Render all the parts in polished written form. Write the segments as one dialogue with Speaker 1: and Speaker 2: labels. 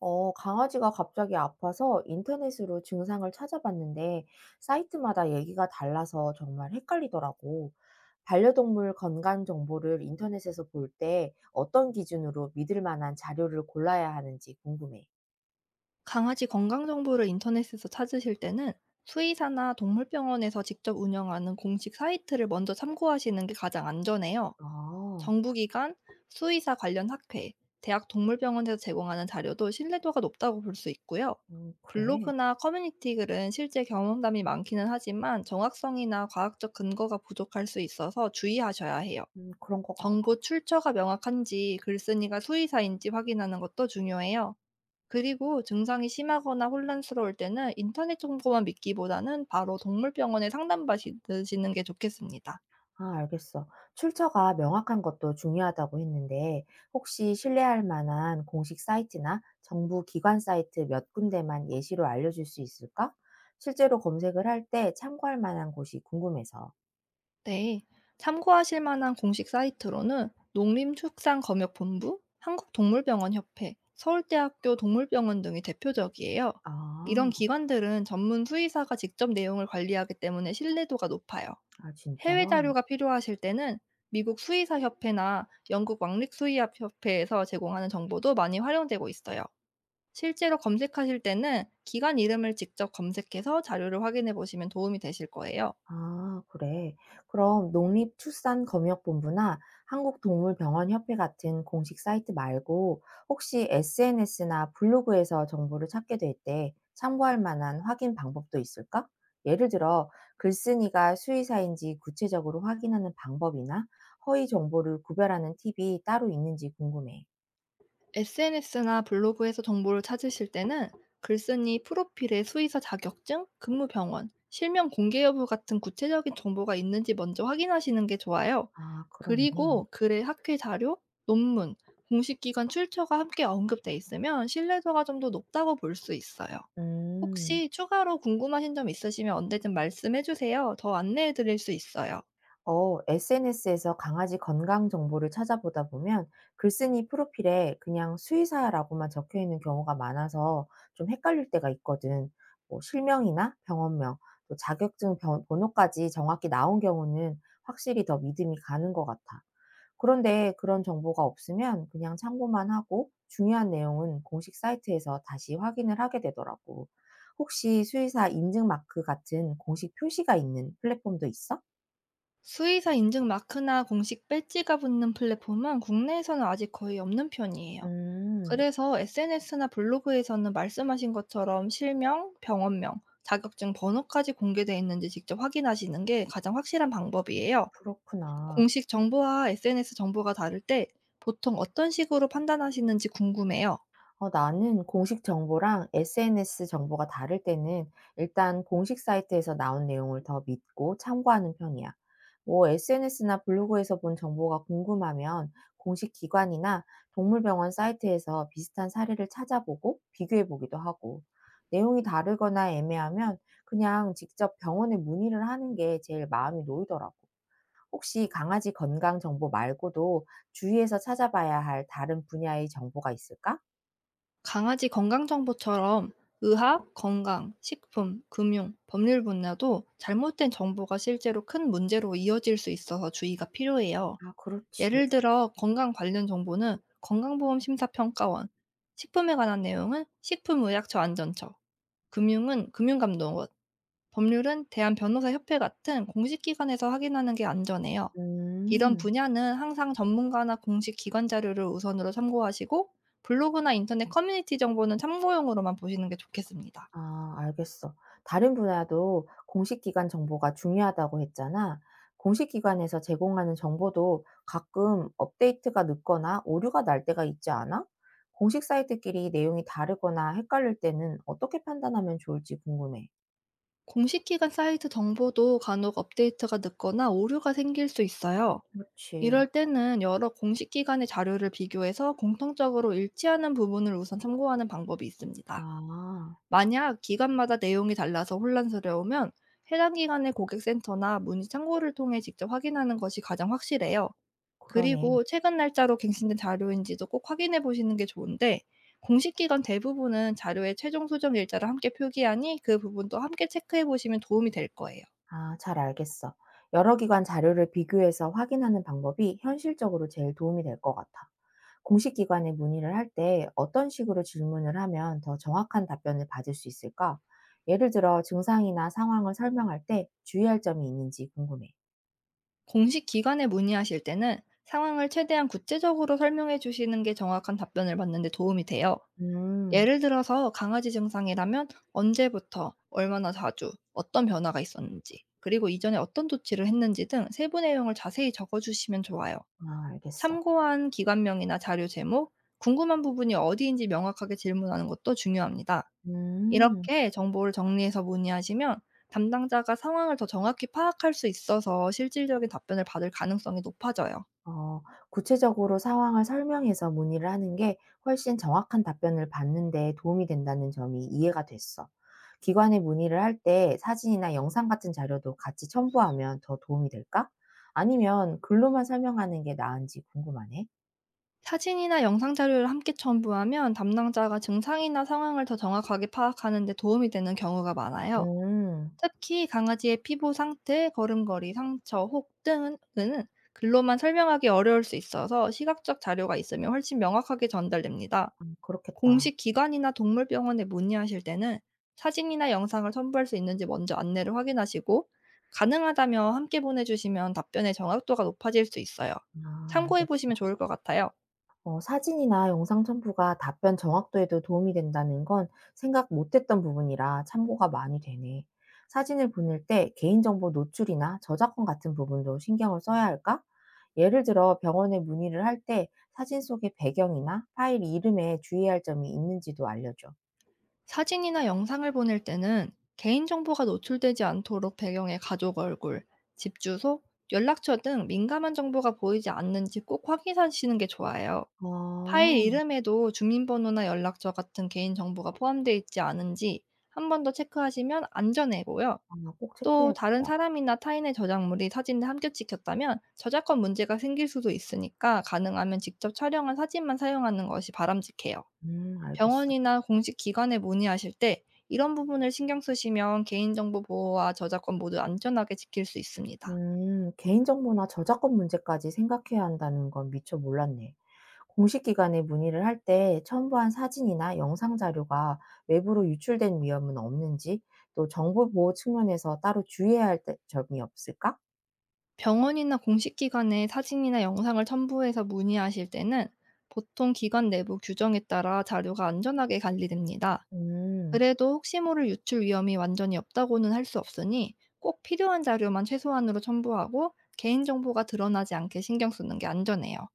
Speaker 1: 어, 강아지가 갑자기 아파서 인터넷으로 증상을 찾아봤는데 사이트마다 얘기가 달라서 정말 헷갈리더라고. 반려동물 건강 정보를 인터넷에서 볼 때 어떤 기준으로 믿을 만한 자료를 골라야 하는지 궁금해.
Speaker 2: 강아지 건강 정보를 인터넷에서 찾으실 때는 수의사나 동물병원에서 직접 운영하는 공식 사이트를 먼저 참고하시는 게 가장 안전해요.
Speaker 1: 아,
Speaker 2: 정부기관, 수의사 관련 학회, 대학 동물병원에서 제공하는 자료도 신뢰도가 높다고 볼 수 있고요.
Speaker 1: 그래.
Speaker 2: 블로그나 커뮤니티 글은 실제 경험담이 많기는 하지만 정확성이나 과학적 근거가 부족할 수 있어서 주의하셔야 해요.
Speaker 1: 그런 것 같아.
Speaker 2: 정보 출처가 명확한지 글쓴이가 수의사인지 확인하는 것도 중요해요. 그리고 증상이 심하거나 혼란스러울 때는 인터넷 정보만 믿기보다는 바로 동물병원에 상담받으시는 게 좋겠습니다.
Speaker 1: 아, 알겠어. 출처가 명확한 것도 중요하다고 했는데, 혹시 신뢰할 만한 공식 사이트나 정부 기관 사이트 몇 군데만 예시로 알려줄 수 있을까? 실제로 검색을 할 때 참고할 만한 곳이 궁금해서.
Speaker 2: 네. 참고하실 만한 공식 사이트로는 농림축산검역본부, 한국동물병원협회, 서울대학교 동물병원 등이 대표적이에요. 이런
Speaker 1: 아,
Speaker 2: 기관들은 전문 수의사가 직접 내용을 관리하기 때문에 신뢰도가 높아요.
Speaker 1: 아, 진짜?
Speaker 2: 해외 자료가 필요하실 때는 미국 수의사협회나 영국 왕립수의협회에서 제공하는 정보도 많이 활용되고 있어요. 실제로 검색하실 때는 기관 이름을 직접 검색해서 자료를 확인해 보시면 도움이 되실 거예요.
Speaker 1: 아, 그래. 그럼 농립축산검역본부나 한국동물병원협회 같은 공식 사이트 말고 혹시 SNS나 블로그에서 정보를 찾게 될 때 참고할 만한 확인 방법도 있을까? 예를 들어, 글쓴이가 수의사인지 구체적으로 확인하는 방법이나 허위 정보를 구별하는 팁이 따로 있는지 궁금해.
Speaker 2: SNS나 블로그에서 정보를 찾으실 때는 글쓴이 프로필에 수의사 자격증, 근무 병원, 실명 공개 여부 같은 구체적인 정보가 있는지 먼저 확인하시는 게 좋아요.
Speaker 1: 아, 그러네.
Speaker 2: 그리고 글의 학회 자료, 논문, 공식 기관 출처가 함께 언급돼 있으면 신뢰도가 좀 더 높다고 볼 수 있어요.
Speaker 1: 음.
Speaker 2: 혹시 추가로 궁금하신 점 있으시면 언제든 말씀해 주세요. 더 안내해 드릴 수 있어요.
Speaker 1: 어, SNS에서 강아지 건강 정보를 찾아보다 보면 글쓴이 프로필에 그냥 수의사라고만 적혀 있는 경우가 많아서 좀 헷갈릴 때가 있거든. 뭐 실명이나 병원명, 또 자격증 번호까지 정확히 나온 경우는 확실히 더 믿음이 가는 것 같아. 그런데 그런 정보가 없으면 그냥 참고만 하고 중요한 내용은 공식 사이트에서 다시 확인을 하게 되더라고. 혹시 수의사 인증 마크 같은 공식 표시가 있는 플랫폼도 있어?
Speaker 2: 수의사 인증 마크나 공식 배지가 붙는 플랫폼은 국내에서는 아직 거의 없는 편이에요.
Speaker 1: 음.
Speaker 2: 그래서 SNS나 블로그에서는 말씀하신 것처럼 실명, 병원명, 자격증 번호까지 공개돼 있는지 직접 확인하시는 게 가장 확실한 방법이에요.
Speaker 1: 그렇구나.
Speaker 2: 공식 정보와 SNS 정보가 다를 때 보통 어떤 식으로 판단하시는지 궁금해요.
Speaker 1: 어, 나는 공식 정보랑 SNS 정보가 다를 때는 일단 공식 사이트에서 나온 내용을 더 믿고 참고하는 편이야. 뭐 SNS나 블로그에서 본 정보가 궁금하면 공식 기관이나 동물병원 사이트에서 비슷한 사례를 찾아보고 비교해 보기도 하고, 내용이 다르거나 애매하면 그냥 직접 병원에 문의를 하는 게 제일 마음이 놓이더라고. 혹시 강아지 건강 정보 말고도 주위에서 찾아봐야 할 다른 분야의 정보가 있을까?
Speaker 2: 강아지 건강정보처럼 의학, 건강, 식품, 금융, 법률 분야도 잘못된 정보가 실제로 큰 문제로 이어질 수 있어서 주의가 필요해요.
Speaker 1: 아, 그렇지.
Speaker 2: 예를 들어 건강 관련 정보는 건강보험심사평가원, 식품에 관한 내용은 식품의약처 안전처, 금융은 금융감독원, 법률은 대한변호사협회 같은 공식 기관에서 확인하는 게 안전해요. 이런
Speaker 1: 음,
Speaker 2: 분야는 항상 전문가나 공식 기관 자료를 우선으로 참고하시고 블로그나 인터넷 커뮤니티 정보는 참고용으로만 보시는 게 좋겠습니다.
Speaker 1: 아, 알겠어. 다른 분야도 공식 기관 정보가 중요하다고 했잖아. 공식 기관에서 제공하는 정보도 가끔 업데이트가 늦거나 오류가 날 때가 있지 않아? 공식 사이트끼리 내용이 다르거나 헷갈릴 때는 어떻게 판단하면 좋을지 궁금해.
Speaker 2: 공식 기관 사이트 정보도 간혹 업데이트가 늦거나 오류가 생길 수 있어요.
Speaker 1: 그렇지.
Speaker 2: 이럴 때는 여러 공식 기관의 자료를 비교해서 공통적으로 일치하는 부분을 우선 참고하는 방법이 있습니다.
Speaker 1: 아,
Speaker 2: 만약 기관마다 내용이 달라서 혼란스러우면 해당 기관의 고객센터나 문의 창구를 통해 직접 확인하는 것이 가장 확실해요.
Speaker 1: 그러네.
Speaker 2: 그리고 최근 날짜로 갱신된 자료인지도 꼭 확인해 보시는 게 좋은데, 공식 기관 대부분은 자료의 최종 수정 일자를 함께 표기하니 그 부분도 함께 체크해 보시면 도움이 될 거예요.
Speaker 1: 아, 잘 알겠어. 여러 기관 자료를 비교해서 확인하는 방법이 현실적으로 제일 도움이 될 것 같아. 공식 기관에 문의를 할 때 어떤 식으로 질문을 하면 더 정확한 답변을 받을 수 있을까? 예를 들어 증상이나 상황을 설명할 때 주의할 점이 있는지 궁금해.
Speaker 2: 공식 기관에 문의하실 때는 상황을 최대한 구체적으로 설명해 주시는 게 정확한 답변을 받는 데 도움이 돼요.
Speaker 1: 음,
Speaker 2: 예를 들어서 강아지 증상이라면 언제부터, 얼마나 자주, 어떤 변화가 있었는지, 그리고 이전에 어떤 조치를 했는지 등 세부 내용을 자세히 적어 주시면 좋아요.
Speaker 1: 아, 알겠어.
Speaker 2: 참고한 기관명이나 자료 제목, 궁금한 부분이 어디인지 명확하게 질문하는 것도 중요합니다.
Speaker 1: 음.
Speaker 2: 이렇게 정보를 정리해서 문의하시면 담당자가 상황을 더 정확히 파악할 수 있어서 실질적인 답변을 받을 가능성이 높아져요.
Speaker 1: 어, 구체적으로 상황을 설명해서 문의를 하는 게 훨씬 정확한 답변을 받는 데 도움이 된다는 점이 이해가 됐어. 기관에 문의를 할 때 사진이나 영상 같은 자료도 같이 첨부하면 더 도움이 될까? 아니면 글로만 설명하는 게 나은지 궁금하네.
Speaker 2: 사진이나 영상 자료를 함께 첨부하면 담당자가 증상이나 상황을 더 정확하게 파악하는 데 도움이 되는 경우가 많아요.
Speaker 1: 음.
Speaker 2: 특히 강아지의 피부 상태, 걸음걸이, 상처, 혹 등은 은 글로만 설명하기 어려울 수 있어서 시각적 자료가 있으면 훨씬 명확하게 전달됩니다.
Speaker 1: 그렇겠다.
Speaker 2: 공식 기관이나 동물병원에 문의하실 때는 사진이나 영상을 첨부할 수 있는지 먼저 안내를 확인하시고, 가능하다면 함께 보내주시면 답변의 정확도가 높아질 수 있어요.
Speaker 1: 아,
Speaker 2: 참고해 보시면
Speaker 1: 알겠어.
Speaker 2: 좋을 것 같아요.
Speaker 1: 어, 사진이나 영상 첨부가 답변 정확도에도 도움이 된다는 건 생각 못했던 부분이라 참고가 많이 되네. 사진을 보낼 때 개인정보 노출이나 저작권 같은 부분도 신경을 써야 할까? 예를 들어 병원에 문의를 할 때 사진 속의 배경이나 파일 이름에 주의할 점이 있는지도 알려줘.
Speaker 2: 사진이나 영상을 보낼 때는 개인정보가 노출되지 않도록 배경에 가족 얼굴, 집 주소, 연락처 등 민감한 정보가 보이지 않는지 꼭 확인하시는 게 좋아요. 파일
Speaker 1: 어,
Speaker 2: 이름에도 주민번호나 연락처 같은 개인정보가 포함되어 있지 않은지 한 번 더 체크하시면 안전해고요.
Speaker 1: 아, 꼭
Speaker 2: 또 다른
Speaker 1: 체크해야겠다.
Speaker 2: 사람이나 타인의 저작물이 사진에 함께 찍혔다면 저작권 문제가 생길 수도 있으니까 가능하면 직접 촬영한 사진만 사용하는 것이 바람직해요.
Speaker 1: 알겠어.
Speaker 2: 병원이나 공식 기관에 문의하실 때 이런 부분을 신경 쓰시면 개인정보 보호와 저작권 모두 안전하게 지킬 수 있습니다.
Speaker 1: 개인정보나 저작권 문제까지 생각해야 한다는 건 미처 몰랐네. 공식 기관에 문의를 할 때 첨부한 사진이나 영상 자료가 외부로 유출된 위험은 없는지, 또 정보 보호 측면에서 따로 주의해야 할 점이 없을까?
Speaker 2: 병원이나 공식 기관에 사진이나 영상을 첨부해서 문의하실 때는 보통 기관 내부 규정에 따라 자료가 안전하게 관리됩니다.
Speaker 1: 음,
Speaker 2: 그래도 혹시 모를 유출 위험이 완전히 없다고는 할 수 없으니 꼭 필요한 자료만 최소한으로 첨부하고 개인정보가 드러나지 않게 신경 쓰는 게 안전해요.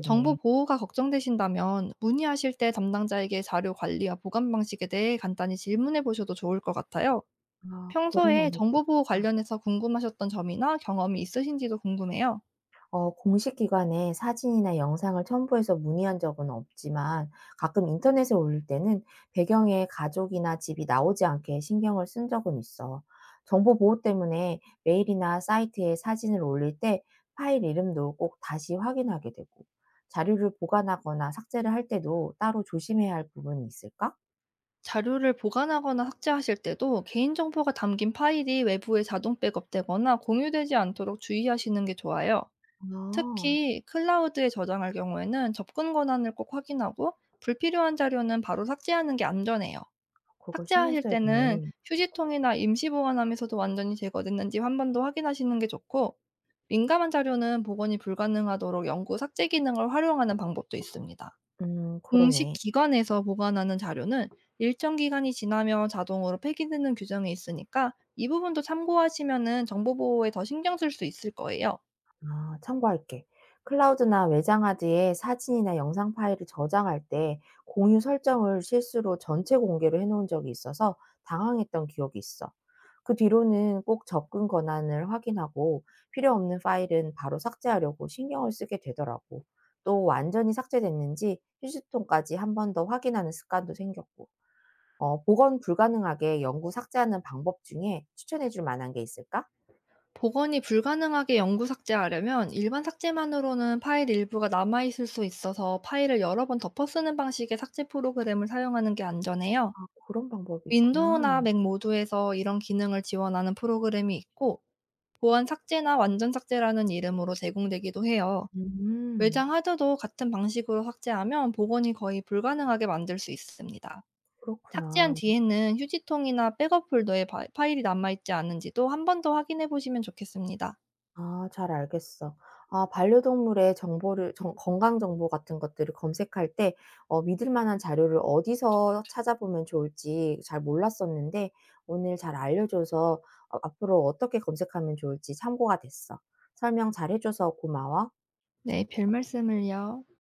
Speaker 2: 정보 보호가 걱정되신다면 문의하실 때 담당자에게 자료 관리와 보관 방식에 대해 간단히 질문해 보셔도 좋을 것 같아요.
Speaker 1: 아, 그런
Speaker 2: 평소에
Speaker 1: 방법도
Speaker 2: 정보 보호
Speaker 1: 있겠다.
Speaker 2: 관련해서 궁금하셨던 점이나 경험이 있으신지도 궁금해요.
Speaker 1: 어, 공식 기관에 사진이나 영상을 첨부해서 문의한 적은 없지만 가끔 인터넷에 올릴 때는 배경에 가족이나 집이 나오지 않게 신경을 쓴 적은 있어. 정보 보호 때문에 메일이나 사이트에 사진을 올릴 때 파일 이름도 꼭 다시 확인하게 되고 자료를 보관하거나 삭제를 할 때도 따로 조심해야 할 부분이 있을까?
Speaker 2: 자료를 보관하거나 삭제하실 때도 개인정보가 담긴 파일이 외부에 자동 백업되거나 공유되지 않도록 주의하시는 게 좋아요.
Speaker 1: 아,
Speaker 2: 특히 클라우드에 저장할 경우에는 접근 권한을 꼭 확인하고, 불필요한 자료는 바로 삭제하는 게 안전해요.
Speaker 1: 그걸 신경
Speaker 2: 삭제하실
Speaker 1: 써야
Speaker 2: 때는
Speaker 1: 되네.
Speaker 2: 휴지통이나 임시 보관함에서도 완전히 제거됐는지 한 번 더 확인하시는 게 좋고, 민감한 자료는 복원이 불가능하도록 연구 삭제 기능을 활용하는 방법도 있습니다.
Speaker 1: 음,
Speaker 2: 공식
Speaker 1: 그러네.
Speaker 2: 기관에서 보관하는 자료는 일정 기간이 지나면 자동으로 폐기되는 규정이 있으니까 이 부분도 참고하시면은 정보 보호에 더 신경 쓸 수 있을 거예요.
Speaker 1: 아, 참고할게. 클라우드나 외장하드에 사진이나 영상 파일을 저장할 때 공유 설정을 실수로 전체 공개로 해놓은 적이 있어서 당황했던 기억이 있어. 그 뒤로는 꼭 접근 권한을 확인하고 필요 없는 파일은 바로 삭제하려고 신경을 쓰게 되더라고. 또 완전히 삭제됐는지 휴지통까지 한 번 더 확인하는 습관도 생겼고. 어, 복원 불가능하게 영구 삭제하는 방법 중에 추천해 줄 만한 게 있을까?
Speaker 2: 복원이 불가능하게 영구 삭제하려면 일반 삭제만으로는 파일 일부가 남아있을 수 있어서 파일을 여러 번 덮어 쓰는 방식의 삭제 프로그램을 사용하는 게 안전해요.
Speaker 1: 그런 방법이
Speaker 2: 윈도우나
Speaker 1: 있구나.
Speaker 2: 맥 모두에서 이런 기능을 지원하는 프로그램이 있고, 보안 삭제나 완전 삭제라는 이름으로 제공되기도 해요.
Speaker 1: 음.
Speaker 2: 외장 하드도 같은 방식으로 삭제하면 복원이 거의 불가능하게 만들 수 있습니다. 삭제한
Speaker 1: 그렇구나.
Speaker 2: 뒤에는 휴지통이나 백업 폴더에 파일이 남아있지 않은지도 한 번 더 확인해 보시면 좋겠습니다.
Speaker 1: 아, 잘 알겠어. 아, 반려동물의 정보를 정 건강 정보 같은 것들을 검색할 때 어, 믿을 만한 자료를 어디서 찾아보면 좋을지 잘 몰랐었는데 오늘 잘 알려 줘서 어, 앞으로 어떻게 검색하면 좋을지 참고가 됐어. 설명 잘 해 줘서 고마워.
Speaker 2: 네, 별 말씀을요.